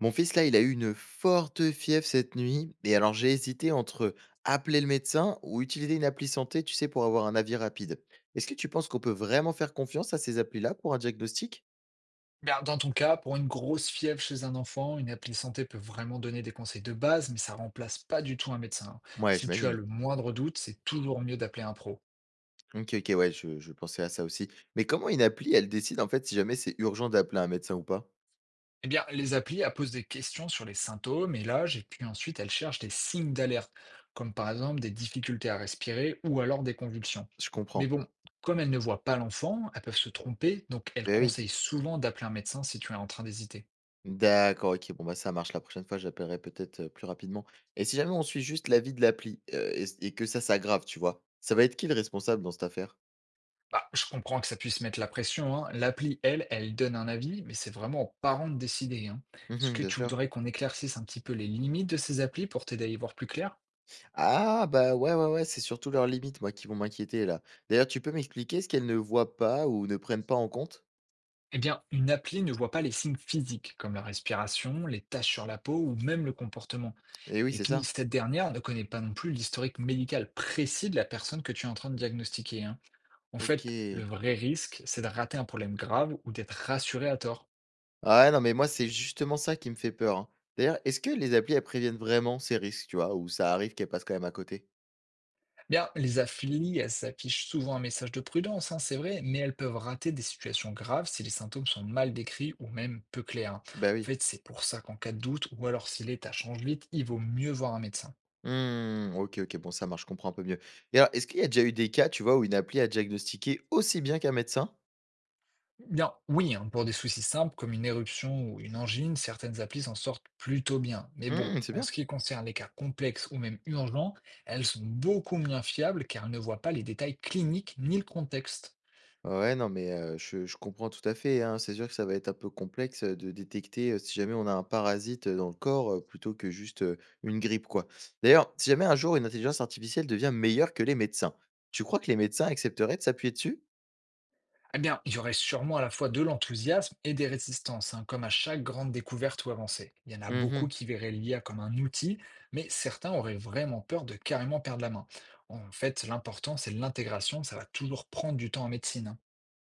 Mon fils, là, il a eu une forte fièvre cette nuit. Et alors, j'ai hésité entre appeler le médecin ou utiliser une appli santé, tu sais, pour avoir un avis rapide. Est-ce que tu penses qu'on peut vraiment faire confiance à ces applis-là pour un diagnostic? Ben, dans ton cas, pour une grosse fièvre chez un enfant, une appli santé peut vraiment donner des conseils de base, mais ça remplace pas du tout un médecin, hein. Ouais, Si tu as j'imagine. le moindre doute, c'est toujours mieux d'appeler un pro. Ok, ok, ouais, je pensais à ça aussi. Mais comment une appli, elle décide en fait si jamais c'est urgent d'appeler un médecin ou pas? Eh bien, les applis elles posent des questions sur les symptômes et l'âge, et puis ensuite elles cherchent des signes d'alerte, comme par exemple des difficultés à respirer ou alors des convulsions. Je Mais comprends. bon, comme elles ne voient pas l'enfant, elles peuvent se tromper, donc elles Ben oui. conseillent souvent d'appeler un médecin si tu es en train d'hésiter. D'accord, ok, bon, bah ça marche. La prochaine fois, j'appellerai peut-être plus rapidement. Et si jamais on suit juste l'avis de l'appli, et que ça s'aggrave, tu vois, ça va être qui le responsable dans cette affaire? Bah, je comprends que ça puisse mettre la pression, hein. L'appli, elle, elle donne un avis, mais c'est vraiment aux parents de décider, hein. Est-ce Mhm, que bien tu sûr. voudrais qu'on éclaircisse un petit peu les limites de ces applis pour t'aider à y voir plus clair? Ah bah, ouais, ouais, ouais, c'est surtout leurs limites, moi, qui vont m'inquiéter, là. D'ailleurs, tu peux m'expliquer ce qu'elles ne voient pas ou ne prennent pas en compte? Eh bien, une appli ne voit pas les signes physiques, comme la respiration, les taches sur la peau ou même le comportement. Eh oui, Et c'est puis, ça. cette dernière ne connaît pas non plus l'historique médical précis de la personne que tu es en train de diagnostiquer, hein. En fait, le OK. vrai risque, c'est de rater un problème grave ou d'être rassuré à tort. Ah ouais, non, mais moi, c'est justement ça qui me fait peur, hein. D'ailleurs, est-ce que les applis, elles préviennent vraiment ces risques, tu vois, ou ça arrive qu'elles passent quand même à côté? Bien, les affilies, elles s'affichent souvent un message de prudence, hein, c'est vrai, mais elles peuvent rater des situations graves si les symptômes sont mal décrits ou même peu clairs, hein. Bah En oui. fait, c'est pour ça qu'en cas de doute, ou alors si l'état change vite, il vaut mieux voir un médecin. Mmh, OK, OK, bon, ça marche, je comprends un peu mieux. Et alors, est-ce qu'il y a déjà eu des cas, tu vois, où une appli a diagnostiqué aussi bien qu'un médecin? Bien, oui, hein, pour des soucis simples comme une éruption ou une angine, certaines applis s'en sortent plutôt bien. Mais bon, Mmh, c'est en bien. ce qui concerne les cas complexes ou même urgents, elles sont beaucoup moins fiables car elles ne voient pas les détails cliniques ni le contexte. Ouais, non, mais je comprends tout à fait, hein. C'est sûr que ça va être un peu complexe, de détecter, si jamais on a un parasite, dans le corps, plutôt que juste, une grippe, quoi. D'ailleurs, si jamais un jour une intelligence artificielle devient meilleure que les médecins, tu crois que les médecins accepteraient de s'appuyer dessus? Eh bien, il y aurait sûrement à la fois de l'enthousiasme et des résistances, hein, comme à chaque grande découverte ou avancée. Il y en a beaucoup Mmh. qui verraient l'IA comme un outil, mais certains auraient vraiment peur de carrément perdre la main. En fait, l'important, c'est l'intégration, ça va toujours prendre du temps en médecine, hein.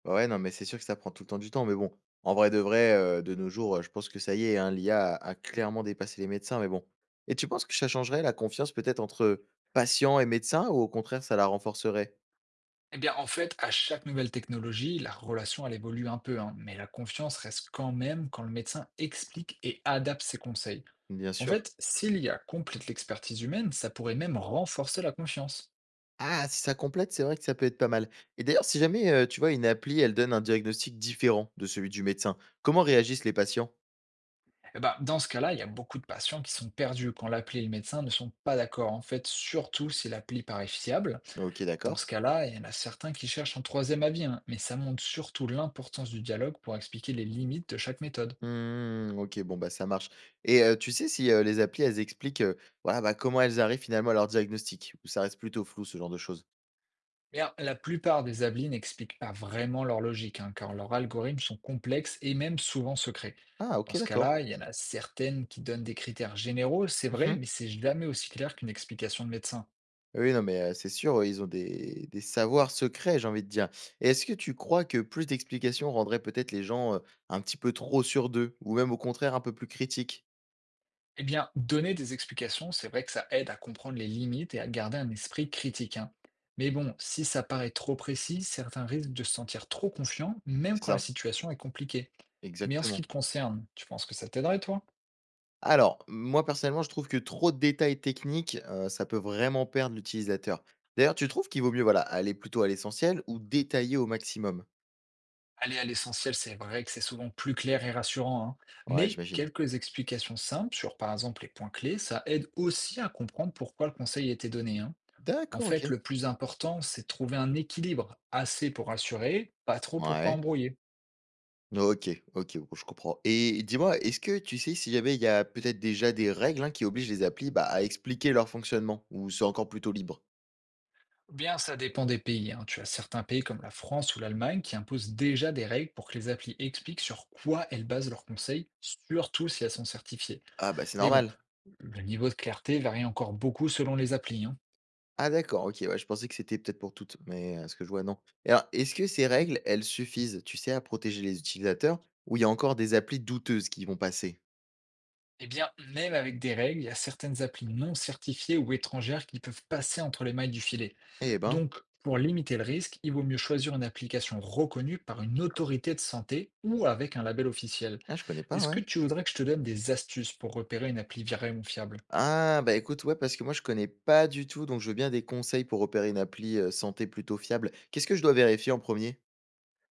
Ouais, non, mais c'est sûr que ça prend tout le temps du temps, mais bon, en vrai, de nos jours, je pense que ça y est, hein, l'IA a clairement dépassé les médecins, mais bon. Et tu penses que ça changerait la confiance peut-être entre patients et médecins ou au contraire ça la renforcerait? Eh bien, en fait, à chaque nouvelle technologie, la relation, elle évolue un peu, hein, mais la confiance reste quand même quand le médecin explique et adapte ses conseils. Bien En sûr. fait, si l'IA complète l'expertise humaine, ça pourrait même renforcer la confiance. Ah, si ça complète, c'est vrai que ça peut être pas mal. Et d'ailleurs, si jamais, tu vois, une appli, elle donne un diagnostic différent de celui du médecin, comment réagissent les patients? Eh ben, dans ce cas-là, il y a beaucoup de patients qui sont perdus quand l'appli et le médecin ne sont pas d'accord. En fait, surtout si l'appli paraît fiable. OK, Dans ce d'accord. cas-là, il y en a certains qui cherchent un troisième avis, hein, mais ça montre surtout l'importance du dialogue pour expliquer les limites de chaque méthode. Mmh, OK, bon, bah, ça marche. Et tu sais si, les applis, elles expliquent, voilà, bah, comment elles arrivent finalement à leur diagnostic? Ou ça reste plutôt flou, ce genre de choses? Bien, la plupart des applis n'expliquent pas vraiment leur logique, hein, car leurs algorithmes sont complexes et même souvent secrets. Ah, Dans OK, ce cas-là, d'accord. il y en a certaines qui donnent des critères généraux, c'est vrai, Mmh. mais c'est jamais aussi clair qu'une explication de médecin. Oui, non, mais c'est sûr, ils ont des savoirs secrets, j'ai envie de dire. Et est-ce que tu crois que plus d'explications rendraient peut-être les gens, un petit peu trop sûrs d'eux? Ou même au contraire un peu plus critiques? Eh bien, donner des explications, c'est vrai que ça aide à comprendre les limites et à garder un esprit critique, hein. Mais bon, si ça paraît trop précis, certains risquent de se sentir trop confiants, même C'est quand la ça. situation est compliquée. Mais en ce qui Exactement. te concerne, tu penses que ça t'aiderait, toi? Alors, moi personnellement, je trouve que trop de détails techniques, ça peut vraiment perdre l'utilisateur. D'ailleurs, tu trouves qu'il vaut mieux, voilà, aller plutôt à l'essentiel ou détailler au maximum? Aller à l'essentiel, c'est vrai que c'est souvent plus clair et rassurant, hein. Ouais, Mais j'imagine. quelques explications simples sur, par exemple, les points clés, ça aide aussi à comprendre pourquoi le conseil a été donné, hein. En D'accord, fait, OK. le plus important, c'est de trouver un équilibre, assez pour rassurer, pas trop pour pas Ouais. embrouiller. OK, OK, bon, je comprends et dis-moi, est-ce que tu sais si jamais il y a peut-être déjà des règles, hein, qui obligent les applis, bah, à expliquer leur fonctionnement ou c'est encore plutôt libre? Bien, ça dépend des pays, hein. Tu as certains pays comme la France ou l'Allemagne qui imposent déjà des règles pour que les applis expliquent sur quoi elles basent leurs conseils, surtout si elles sont certifiées. Ah, bah, c'est Mais bon, normal. le niveau de clarté varie encore beaucoup selon les applis, hein. Ah d'accord, OK, ouais, je pensais que c'était peut-être pour toutes, mais à ce que je vois, non. Et alors, est-ce que ces règles, elles suffisent, tu sais, à protéger les utilisateurs ou il y a encore des applis douteuses qui vont passer? Eh bien, même avec des règles, il y a certaines applis non certifiées ou étrangères qui peuvent passer entre les mailles du filet. Eh ben, Donc, pour limiter le risque, il vaut mieux choisir une application reconnue par une autorité de santé ou avec un label officiel. ah, je connais pas, Est-ce ouais. que tu voudrais que je te donne des astuces pour repérer une appli virée ou fiable? Ah, bah écoute, ouais, parce que moi, je connais pas du tout, donc je veux bien des conseils pour opérer une appli, santé plutôt fiable. Qu'est-ce que je dois vérifier en premier?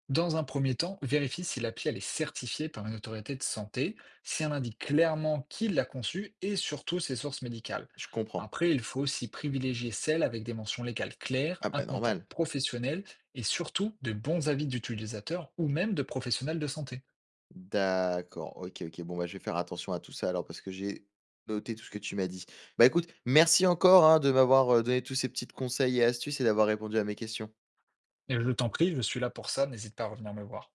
Dans un premier temps, vérifie si l'appli elle est certifiée par une autorité de santé, si elle indique clairement qui l'a conçue et surtout ses sources médicales. Je comprends. Après, il faut aussi privilégier celles avec des mentions légales claires, Ah un bah contact normal. professionnel et surtout de bons avis d'utilisateurs ou même de professionnels de santé. D'accord, OK, OK. Bon, bah, je vais faire attention à tout ça alors parce que j'ai noté tout ce que tu m'as dit. Bah, écoute, merci encore, hein, de m'avoir, donné tous ces petites conseils et astuces et d'avoir répondu à mes questions. Et je t'en prie, je suis là pour ça, n'hésite pas à revenir me voir.